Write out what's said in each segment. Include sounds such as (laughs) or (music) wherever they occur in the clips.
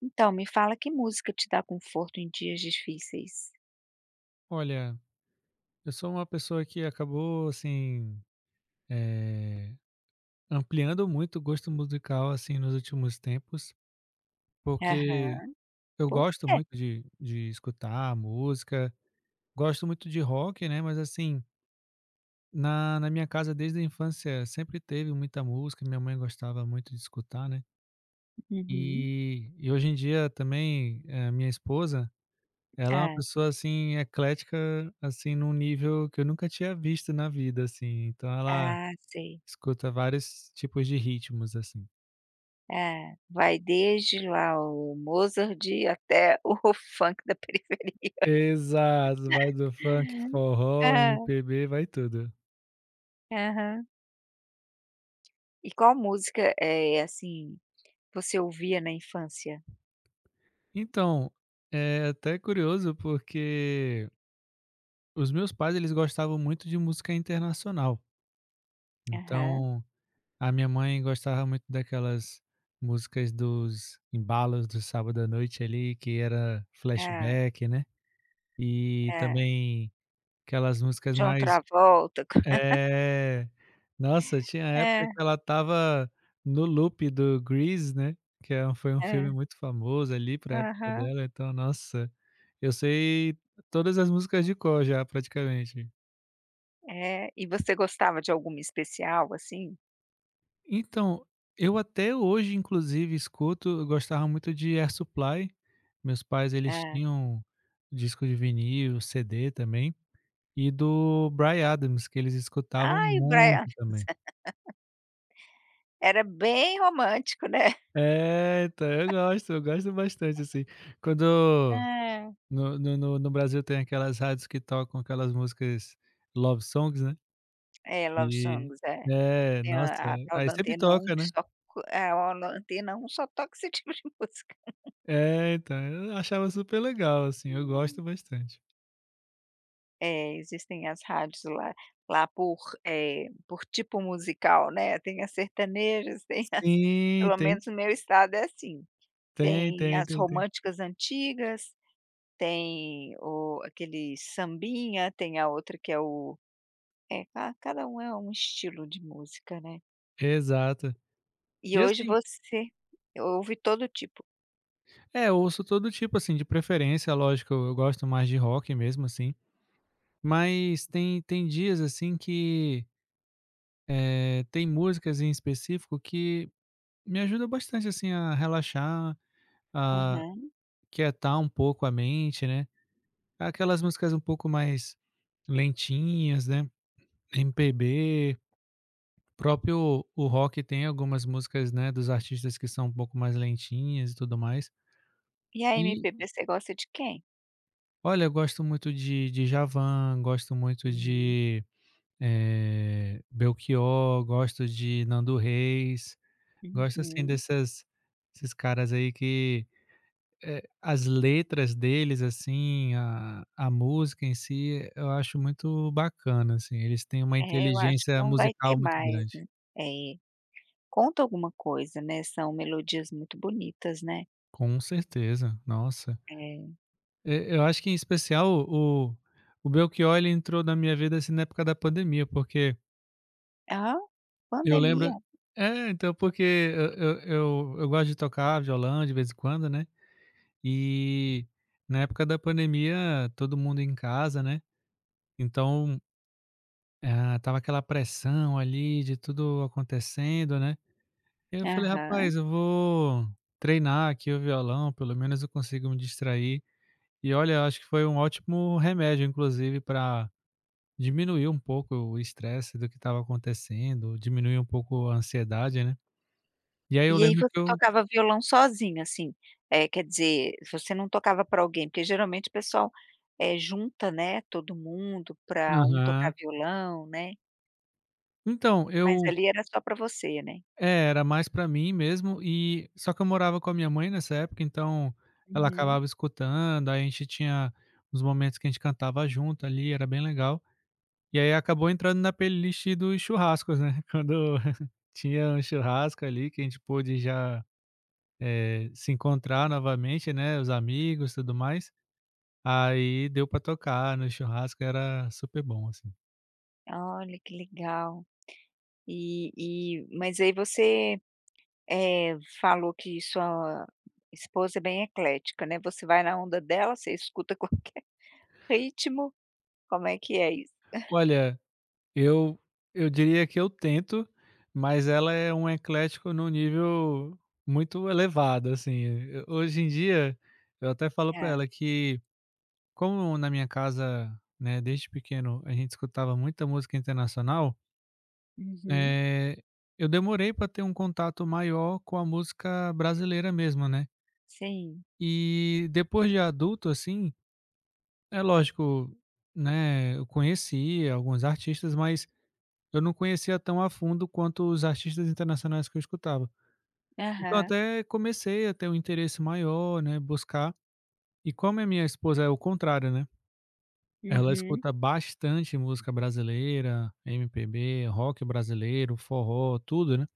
Então, me fala que música te dá conforto em dias difíceis? Olha, eu sou uma pessoa que acabou, assim, eh, ampliando muito o gosto musical, assim, nos últimos tempos, porque Aham. eu Por gosto quê? muito de escutar música, gosto muito de rock, né, mas, assim, na minha casa desde a infância sempre teve muita música, minha mãe gostava muito de escutar, né, Uhum. e hoje em dia também, minha esposa, ela é uma Hã. pessoa, assim, eclética, assim, num nível que eu nunca tinha visto na vida, assim, então ela Ah, sei. escuta vários tipos de ritmos, assim. Hã. Vai desde lá o Mozart até o (laughs) funk da periferia. Exato, vai do funk, (laughs) forró, Hã. MPB, vai tudo. Aham. E qual música, é assim, você ouvia na infância? Então, é até curioso porque os meus pais eles gostavam muito de música internacional. Aham. Então, a minha mãe gostava muito daquelas músicas dos embalos do sábado à noite ali, que era Hã, flashback, né. E hã. também aquelas músicas John mais... Travolta. (laughs) É. Nossa, tinha época É, que ela estava no loop do Grease, né, que é um foi um filme é. muito famoso ali pra época Aham. dela, então, nossa, eu sei todas as músicas de cor já, praticamente. É. E você gostava de alguma especial, assim? Então, eu até hoje, inclusive, escuto, eu gostava muito de Air Supply, meus pais, eles Ah, tinham disco de vinil, CD também, e do Bryan Adams, que eles escutavam ai, o muito Bryan, também. era bem romântico, né. É, então, eu gosto bastante, assim. Quando É. no Brasil tem aquelas rádios que tocam aquelas músicas, love songs, né, É, Love e Songs, é. é, Tem nossa, a tal aí da sempre Antena um toca, que né. só co é, ó, Antena um só toca esse (laughs) tipo de música. É, então, eu achava super legal, assim, eu Hum. gosto bastante. É, existem as rádios lá por tipo musical, né, tem as sertanejas, (laughs) tem as Sim, pelo tem menos no meu estado é assim, tem tem tem as tem tem. românticas antigas, tem o aquele sambinha, tem a outra que é ca cada um é um estilo de música, né. Exato. E E hoje assim você ouve todo tipo. é, eu ouço todo tipo, assim, de preferência, lógico, eu gosto mais de rock mesmo, assim, mas tem dias, assim, que tem músicas em específico que me ajudam bastante, assim, a relaxar, a Aham. quietar um pouco a mente, né. Aquelas músicas um pouco mais lentinhas, né, MPB, próprio o rock tem algumas músicas, né, dos artistas que são um pouco mais lentinhas e tudo mais. E a E, MPB você gosta de quem? olha, eu gosto muito de Djavan, gosto muito Hum, de, Belchior, gosto de Nando Reis. Gosto assim uhum. dessas, esses caras aí que, as letras deles, assim, a música em si, eu acho muito bacana, assim, eles têm uma É, eu acho que inteligência não vai ter musical muito mais, grande. né. É. Conta alguma coisa, né, são melodias muito bonitas, né. Com certeza, nossa. É. E eu acho que em especial o Belchior ele entrou na minha vida, assim, na época da pandemia, porque Aham. eu lembro, Pandemia. é, então, porque eu gosto de tocar violão de vez em quando, né, e na época da pandemia todo mundo em casa, né. Então, ah, estava aquela pressão ali de tudo acontecendo, né. E eu falei: Aham. "Rapaz, eu vou treinar aqui o violão, pelo menos eu consigo me distrair". E olha, eu acho que foi um ótimo remédio, inclusive, para diminuir um pouco o estresse do que estava acontecendo, diminuir um pouco a ansiedade, né. E aí eu E aí lembro que você eu, tocava violão sozinha, assim, quer dizer, você não tocava pra alguém, porque geralmente o pessoal, junta, né, todo mundo pra um tocar aham. violão, né, Então, mas eu ali era só pra você, né? É, era mais pra mim mesmo, e só que eu morava com a minha mãe nessa época, então ela Uhum. acabava escutando, aí a gente tinha uns momentos que a gente cantava junto ali, era bem legal. E aí acabou entrando na playlist dos churrascos, né, (laughs) quando tinha um churrasco ali que a gente pôde já, se encontrar novamente, né, os amigos, tudo mais, aí deu pra tocar no churrasco, era super bom, assim. Olha, que legal. E mas aí você, falou que sua esposa é bem eclética, né, você vai na onda dela, você escuta (laughs) qualquer ritmo, como é que é isso? Olha, Eu eu diria que eu tento, mas ela é um eclético num nível muito elevado, assim. Hoje em dia, eu até falo para É. ela que como na minha casa, né, desde pequeno a gente escutava muita música internacional, Uhum. eh, eu demorei para ter um contato maior com a música brasileira mesmo, né. Sim. E depois de adulto, assim, é lógico, né, eu conheci alguns artistas, mas eu não conhecia tão a fundo quanto os artistas internacionais que eu escutava. Então Aham. até comecei a ter um interesse maior, né, buscar. E como a minha esposa é o contrário, né, ela Uhum. escuta bastante música brasileira, MPB, rock brasileiro, forró, tudo, né.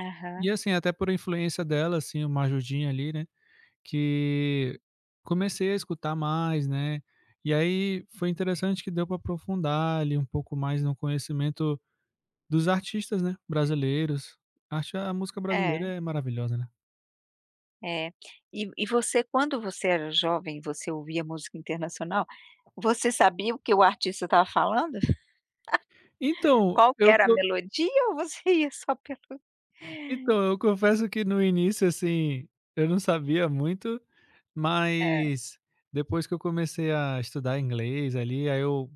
Aham. E assim, até por influência dela, assim, o Marjudinha ali, né, que comecei a escutar mais, né. E aí foi interessante que deu para aprofundar ali um pouco mais no conhecimento dos artistas, né, brasileiros. Acho a música brasileira É, é maravilhosa, né. é. E você quando você era jovem, você ouvia música internacional, você sabia o que o artista estava falando? Então, Qual que eu era a co melodia ou você (laughs) ia só pelo (laughs) então, eu confesso que no início, assim, eu não sabia muito, É. mas depois que eu comecei a estudar inglês ali, aí eu,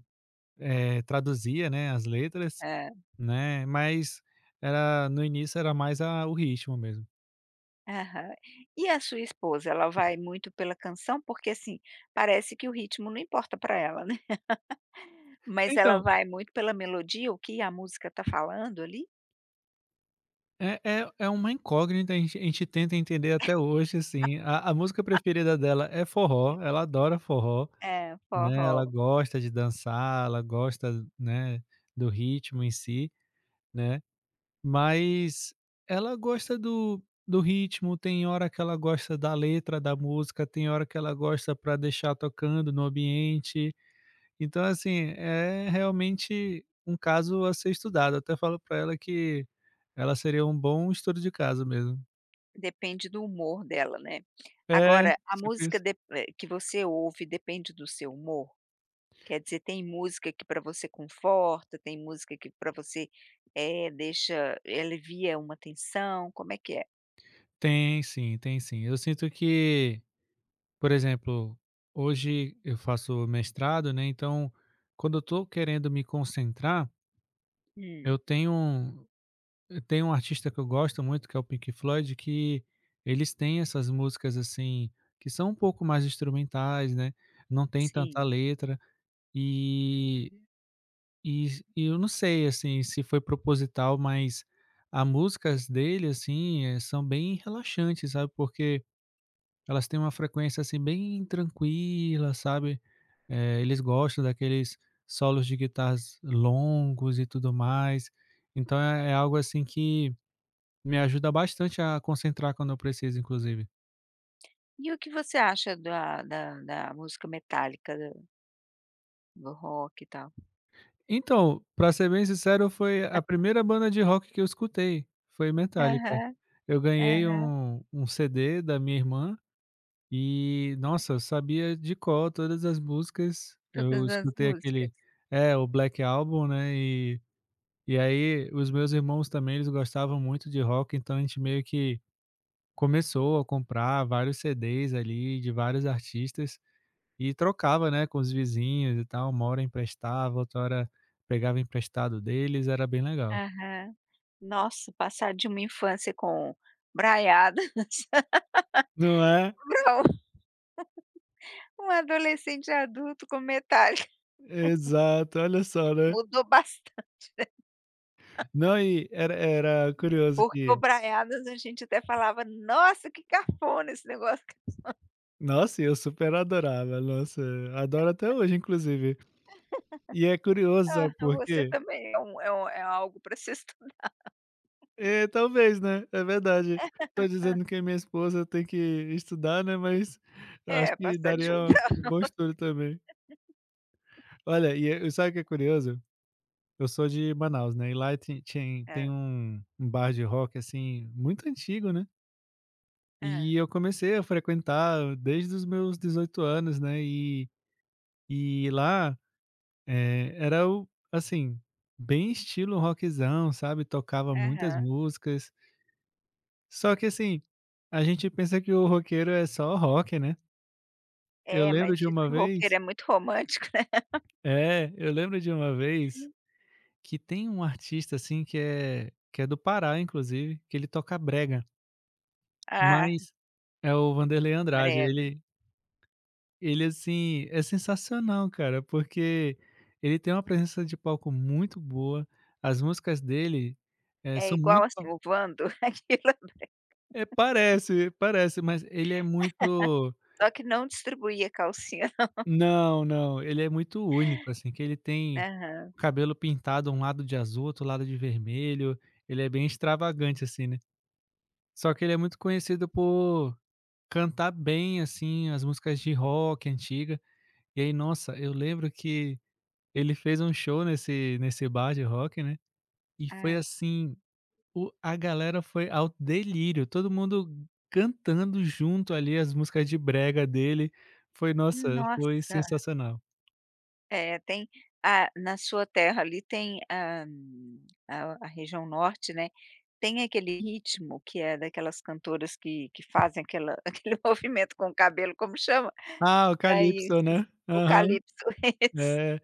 traduzia, né, as letras, É. né, mas era no início era mais a, o ritmo mesmo. Aham. E a sua esposa, ela vai muito pela canção? Porque, assim, parece que o ritmo não importa para ela, né. (laughs) Mas ela Então, vai muito pela melodia, o que a música tá falando ali? é uma incógnita, a gente tenta entender até hoje, assim, a música preferida dela é forró, ela adora forró. É, Né, ela forró. gosta de dançar, ela gosta, né, do ritmo em si, né, mas ela gosta do ritmo, tem hora que ela gosta da letra da música, tem hora que ela gosta para deixar tocando no ambiente. Então, assim, é realmente um caso a ser estudado. Eu até falo para ela que ela seria um bom estudo de caso mesmo. Depende do humor dela, né. É, Agora, a tipo música isso. Que você ouve depende do seu humor? Quer dizer, tem música que para você conforta, tem música que para você, alivia uma tensão, como é que é? Tem sim, tem sim. Eu sinto que, por exemplo, hoje eu faço mestrado, né, então quando eu estou querendo me concentrar, eu Hum, tenho um- eu tenho um artista que eu gosto muito, que é o Pink Floyd, que eles têm essas músicas, assim, que são um pouco mais instrumentais, né, não tem tanta sim. letra e e e eu não sei, assim, se foi proposital, mas as músicas dele, assim, são bem relaxantes, sabe, porque elas têm uma frequência, assim, bem tranquila, sabe. Eles gostam daqueles solos de guitarras longos e tudo mais. Então é, é algo, assim, que me ajuda bastante a concentrar quando eu preciso, inclusive. E o que você acha da música metálica, da do rock e tal? Então, pra ser bem sincero, foi a primeira banda de rock que eu escutei, foi Metallica. Aham, Eu ganhei aham. um CD da minha irmã e, nossa, eu sabia de cor todas as músicas. Eu Todas as escutei músicas. aquele, é, o Black Album, né, e aí, os meus irmãos também, eles gostavam muito de rock, então a gente meio que começou a comprar vários CDs ali de vários artistas e trocava, né, com os vizinhos e tal. Uma hora emprestava, outra hora pegava emprestado deles, era bem legal. Aham. Nossa, passar de uma infância com braiadas (laughs) Não é? pra um adolescente adulto com Metallica, Exato, olha só, (laughs) né? mudou bastante, Não, e era, era curioso porque o que... braiadas a gente até falava: "Nossa, que cafona esse negócio". Nossa, eu super adorava, nossa, adoro até hoje, inclusive. E é curioso, Ah, sabe por você quê? também é algo para se estudar. (laughs) É, talvez, né, é verdade. Tô dizendo que minha esposa tem que estudar, né, mas eu acho É, que passar de um, daria um bom estudo também. Olha, e eu, sabe o que é curioso? Eu sou de Manaus, né, e lá tem é, um bar de rock, assim, muito antigo, né, é. e eu comecei a frequentar desde os meus 18 anos, né, e lá, eh, era o assim, bem estilo rockzão, sabe, tocava muitas Aham. músicas. Só que assim, a gente pensa que o roqueiro é só rock, né. Eu É, mas lembro de diz uma que o roqueiro vez é muito romântico, né. Eu lembro de uma vez que tem um artista, assim, que é do Pará inclusive, que ele toca brega, Ah, mas é o Vanderlei Andrade. brega. Ele, assim, é sensacional, cara, porque ele tem uma presença de palco muito boa, as músicas dele, É são igual, muito... assim, o Wando, (laughs) aquilo, É, parece, parece, mas ele é muito... só que não distribuía calcinha. Não, não, ele é muito único, assim, que ele (laughs) tem Aham. o cabelo pintado um lado de azul, outro lado de vermelho, ele é bem extravagante, assim, né. Só que ele é muito conhecido por cantar bem, assim, as músicas de rock antiga, e aí, nossa, eu lembro que ele fez um show nesse bar de rock, né, e foi Ah, assim, o, a galera foi ao delírio, todo mundo cantando junto ali as músicas de brega dele, foi, nossa, foi nossa. sensacional. É, tem, ah, na sua terra ali tem a região norte, né, tem aquele ritmo que é daquelas cantoras que fazem aquela (laughs) aquele movimento com o cabelo, como chama? Ah, o Aí eu Calypso, esqueci. né. O Aham, calypso, (laughs) isso. é.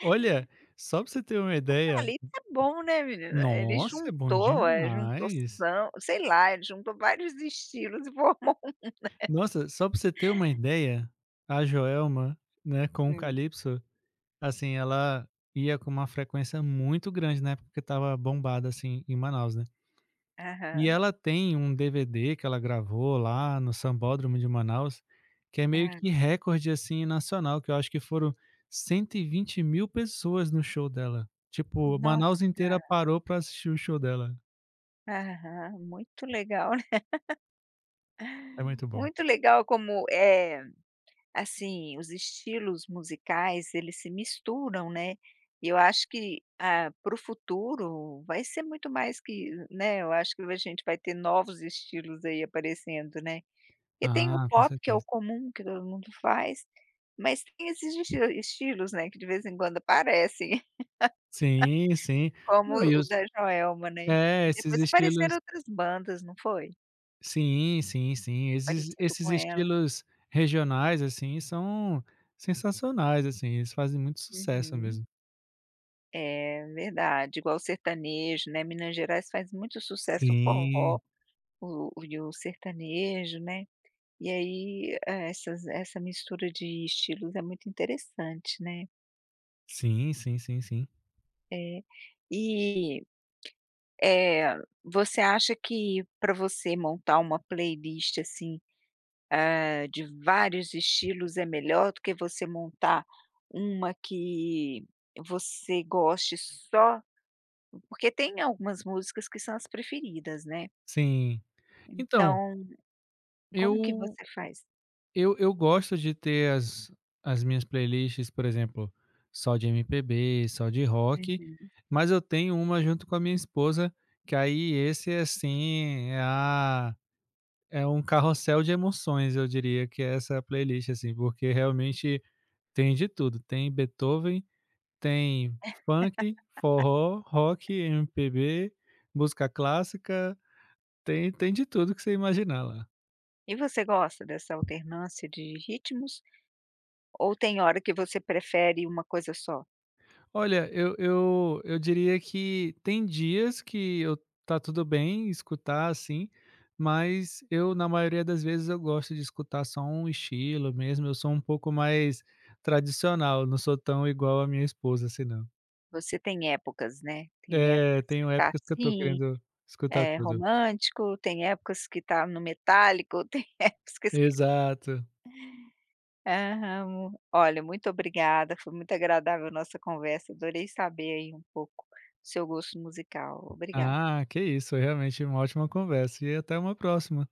Olha, só pra você ter uma ideia, Calypso é bom, né, menina? Ele nossa, é bom juntou demais. samba sei lá, ele juntou vários estilos e formou. Nossa, só pra você ter uma ideia, a Joelma, né, com o Hum. Calypso, assim, ela ia com uma frequência muito grande na época que estava bombada, assim, em Manaus, né. E Aham. ela tem um DVD que ela gravou lá no Sambódromo de Manaus, que é meio Hã. que recorde, assim, nacional, que eu acho que foram 120 mil pessoas no show dela. Tipo, Manaus inteira Nossa! parou pra assistir o show dela. Aham, muito legal, né. É (laughs) muito bom. Muito legal como, é assim, os estilos musicais, eles se misturam, né. E eu acho que, ah, para o futuro vai ser muito mais que, né, eu acho que a gente vai ter novos estilos aí aparecendo, né. E tem o Ah, com pop, que é o certeza. comum, que todo mundo faz, mas tem esses estilos, né, que de vez em quando aparecem. Sim, sim. Como Não, e o os, da Joelma, né. é, esses Depois apareceram estilos, outras bandas, não foi? sim, sim, sim. Esses Parecido esses com ela. estilos regionais, assim, são sensacionais, assim, eles fazem muito sucesso Uhum. mesmo. É, verdade. Igual o sertanejo, né, Minas Gerais faz muito sucesso o forró, Sim. o e o sertanejo, né. E aí, essa mistura de estilos é muito interessante, né. Sim, sim, sim, sim. É. E, eh, você acha que pra você montar uma playlist, assim de vários estilos é melhor do que você montar uma que você goste só porque tem algumas músicas que são as preferidas, né. Sim. Então, Então, como que eu você faz? eu gosto de ter as, as minhas playlists, por exemplo, só de MPB, só de rock, Uhum. mas eu tenho uma junto com a minha esposa, que aí esse é assim, é a é um carrossel de emoções, eu diria que é essa playlist, assim, porque realmente tem de tudo, tem Beethoven, tem funk, forró, rock, MPB, música clássica. Tem de tudo que você imaginar lá. E você gosta dessa alternância de ritmos ou tem hora que você prefere uma coisa só? Olha, eu eu diria que tem dias que eu, tá tudo bem escutar, assim, mas eu, na maioria das vezes, eu gosto de escutar só um estilo mesmo, eu sou um pouco mais tradicional, não sou tão igual a minha esposa, assim, não. Você tem épocas, né, tem É, épocas que tenho tá épocas que eu tô assim, querendo escutar é tudo. romântico, tem épocas que tá no metálico, (laughs) tem épocas. Exato. Aham. Olha, muito obrigada, foi muito agradável a nossa conversa, adorei saber aí um pouco do seu gosto musical. Obrigada. Ah, que isso, foi realmente uma ótima conversa e até uma próxima.